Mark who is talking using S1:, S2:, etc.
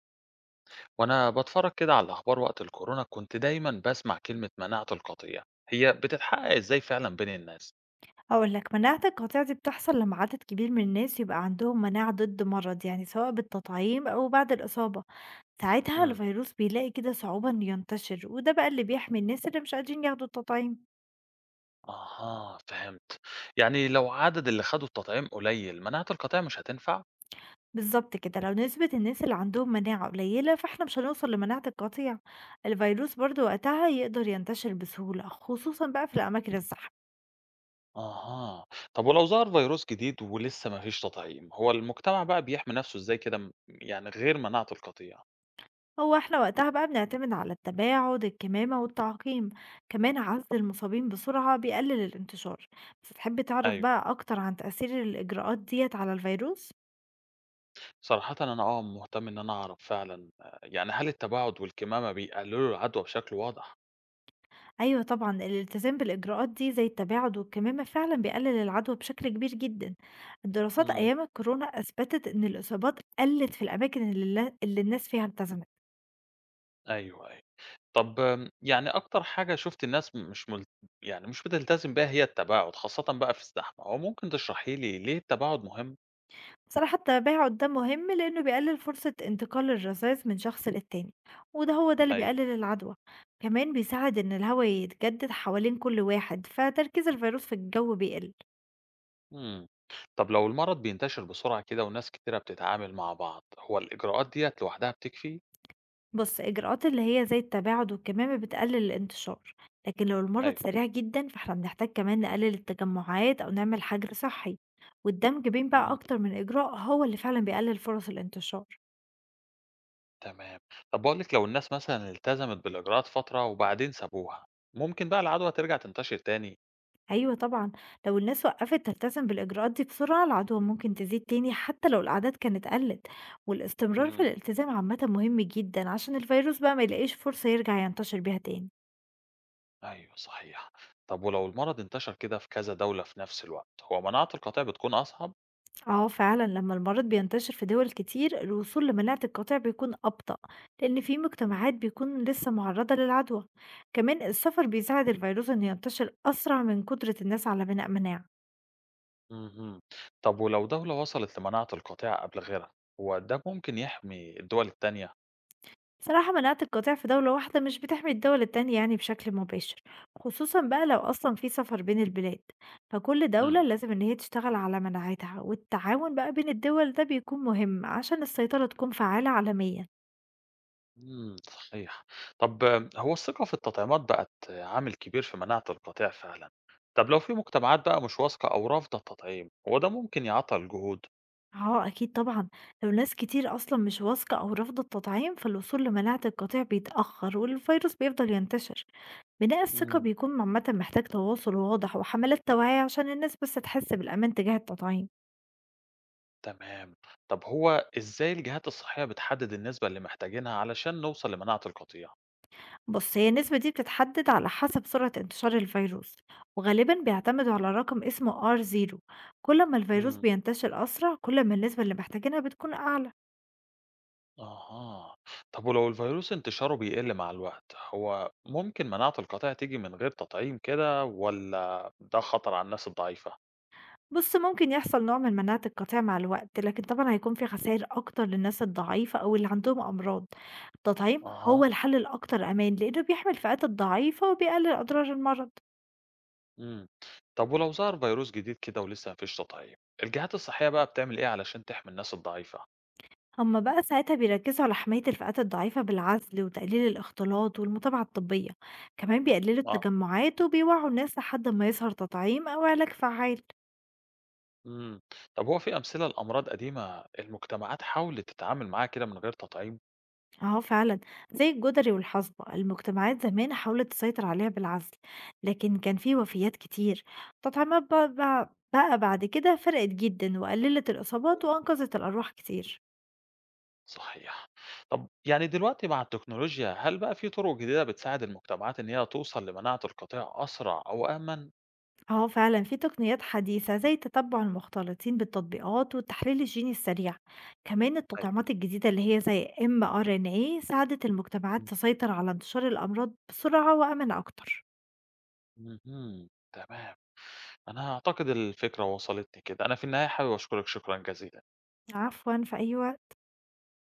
S1: وأنا بتفرج كده على الأخبار وقت الكورونا كنت دايما بسمع كلمة مناعة القطيع هي بتتحقق إزاي فعلا بين الناس؟
S2: هاقول لك مناعة القطيع دي بتحصل لما عدد كبير من الناس يبقى عندهم مناعة ضد مرض، يعني سواء بالتطعيم أو بعد الإصابة. ساعتها
S1: امم.
S2: الفيروس بيلاقي كده صعوبة إنه ينتشر، وده بقى اللي بيحمي الناس اللي مش قادرين ياخدوا التطعيم.
S1: أها، فهمت. يعني لو عدد اللي خدوا التطعيم قليل مناعة القطيع مش هتنفع؟
S2: بالظبط كده، لو نسبة الناس اللي عندهم مناعة قليلة فاحنا مش هنوصل لمناعة القطيع. الفيروس برضو وقتها يقدر ينتشر بسهولة، خصوصا بقى في الأماكن الزحمة.
S1: أها. طب ولو ظهر فيروس جديد ولسه مفيش تطعيم هو المجتمع بقى بيحمي نفسه إزاي كده يعني غير مناعة القطيع؟
S2: هو إحنا وقتها بقى بنعتمد على التباعد، الكمامة، والتعقيم، كمان عزل المصابين بسرعة بيقلل الانتشار، بس تحب تعرف
S1: أيوه.
S2: بقى أكتر عن تأثير الإجراءات ديّة على الفيروس؟
S1: صراحة أنا مهتم إن أنا أعرف فعلا، يعني هل التباعد والكمامة بيقللوا العدوى بشكل واضح؟
S2: أيوه طبعًا، الالتزام بالإجراءات دي زي التباعد والكمامة فعلًا بيقلل العدوى بشكل كبير جدًا، الدراسات
S1: امم.
S2: أيام الكورونا أثبتت إن الإصابات قلت في الأماكن اللي اللي الناس فيها التزمت.
S1: أيوه. طب يعني أكتر حاجة شُفت الناس مش مل يعني مش بتلتزم بيها هي التباعد، خاصةً بقى في الزحمة، هو ممكن تشرحي لي ليه التباعد مهم؟
S2: بصراحة التابع ده مهم لأنه بيقلل فرصة انتقال الرذاذ من شخص للتاني، وده هو ده اللي
S1: أيوه.
S2: بيقلل العدوى. كمان بيساعد إن الهواء يتجدد حوالين كل واحد، فتركيز الفيروس في الجو بيقل.
S1: إمم. طب لو المرض بينتشر بسرعة كده وناس كتيرة بتتعامل مع بعض، هو الإجراءات ديّة لوحدها بتكفي؟
S2: بص، إجراءات اللي هي زي التباعد والكمامة بتقلل الانتشار، لكن لو
S1: أيوه.
S2: المرض سريع جدا فاحنا بنحتاج كمان نقلل التجمعات أو نعمل حجر صحي. والدمج بين بقى
S1: إمم.
S2: أكتر من إجراء هو اللي فعلا بيقلل فرص الانتشار.
S1: تمام. طب باقول لِك لو الناس مثلًا التزمت بالإجراءات فترة وبعدين سابوها، ممكن بقى العدوى ترجع تنتشر تاني؟
S2: أيوه طبعًا، لو الناس وقّفت تلتزم بالإجراءات دي بسرعة، العدوى ممكن تزيد تاني حتى لو الأعداد كانت قلّت، والاستمرار في
S1: إمم.
S2: الالتزام عامةً مهم جدًا عشان الفيروس بقى ما يلاقيش فرصة يرجع ينتشر بيها تاني.
S1: أيوه، صحيح. طب ولو المرض انتشر كده في كذا دولة في نفس الوقت، هو مناعة القطيع بتكون أصعب؟
S2: آه فعلًا، لمّا المرض بينتشر في دول كتير، الوصول لمناعة القطيع بيكون أبطأ، لإن في
S1: إمم.
S2: مجتمعات بيكون لسه معرّضة للعدوى. كمان السفر بيساعد الفيروس إنه ينتشر أسرع من قدرة الناس على بناء مناعة.
S1: اهم. طب ولو دولة وصلت لمناعة القطيع قبل غيرها، هو ده ممكن يحمي الدول التانية؟
S2: بصراحة مناعة القطيع في دولة واحدة مش بتحمي الدول التانية يعني بشكل مباشر، خصوصا بقى لو أصلا في سفر بين البلاد. فكل دولة
S1: إمم.
S2: لازم إن هي تشتغل على مناعتها، والتعاون بقى بين الدول ده بيكون مهم عشان السيطرة تكون فعالة عالميا.
S1: إمم، صحيح. طب هو الثقة في التطعيمات بقت عامل كبير في مناعة القطيع فعلًا. طب لو في مجتمعات بقى مش واثقة أو رافضة التطعيم، هو ده ممكن يعطل الجهود؟
S2: اه أكيد طبعا، لو ناس كتير أصلا مش واثقة أو رافضة التطعيم فالوصول لمناعة القطيع بيتأخر والفيروس بيفضل ينتشر. بناء الثقة
S1: إمم.
S2: بيكون عامة محتاج تواصل واضح وحملات توعية عشان الناس بس تحس بالأمان تجاه التطعيم.
S1: تمام. طب هو إزاي الجهات الصحية بتحدد النسبة اللي محتاجينها علشان نوصل لمناعة القطيع؟
S2: بُص، هي النسبة دي بتتحدد على حسب سرعة انتشار الفيروس، وغالبًا بيعتمدوا على رقم اسمه R0. كل ما الفيروس
S1: إمم.
S2: بينتشر أسرع كل ما النسبة اللي محتاجينها بتكون أعلى.
S1: أها. طب ولو الفيروس انتشاره بيقل مع الوقت، هو ممكن مناعة القطيع تيجي من غير تطعيم كده والّا ده خطر على الناس الضعيفة؟
S2: بُص، ممكن يحصل نوع من مناعة القطيع مع الوقت، لكن طبعًا هيكون في خسائر أكتر للناس الضعيفة أو اللي عندهم أمراض. التطعيم
S1: أها.
S2: هو الحل الأكتر أمان لأنه بيحمي الفئات الضعيفة وبيقلل أضرار المرض.
S1: إمم. طب ولو ظهر فيروس جديد كده ولسه مفيش تطعيم، الجهات الصحية بقى بتعمل إيه علشان تحمي الناس الضعيفة؟
S2: هما بقى ساعتها بيركزوا على حماية الفئات الضعيفة بالعزل وتقليل الاختلاط والمتابعة الطبية، كمان بيقللوا
S1: آه.
S2: التجمعات وبيوعوا الناس لحد ما يظهر تطعيم أو علاج فعال.
S1: إمم. طب هو في أمثلة لأمراض قديمة المجتمعات حاولت تتعامل معاها كده من غير تطعيم؟
S2: اهو فعلا، زي الجدري والحصبة، المجتمعات زمان حاولت تسيطر عليها بالعزل، لكن كان في وفيات كتير. التطعيمات بقى بعد كده فرقت جدا وقللت الإصابات وأنقذت الأرواح كتير.
S1: صحيح. طب يعني دلوقتي مع التكنولوجيا، هل بقى في طرق جديدة بتساعد المجتمعات إن هي توصل لمناعة القطيع أسرع أو أأمن؟
S2: اه فعلا، في تقنيات حديثة زي تتبع المختلطين بالتطبيقات والتحليل الجيني السريع. كمان
S1: أيوة.
S2: التطعيمات الجديدة اللي هي زي mRNA ساعدت المجتمعات تسيطر على انتشار الأمراض بسرعة وأمن أكتر.
S1: إمم، اهم، تمام. أنا أعتقد الفكرة وصلتني كده. أنا في النهاية حابب أشكرك شكرًا جزيلًا.
S2: عفوا، في أي وقت.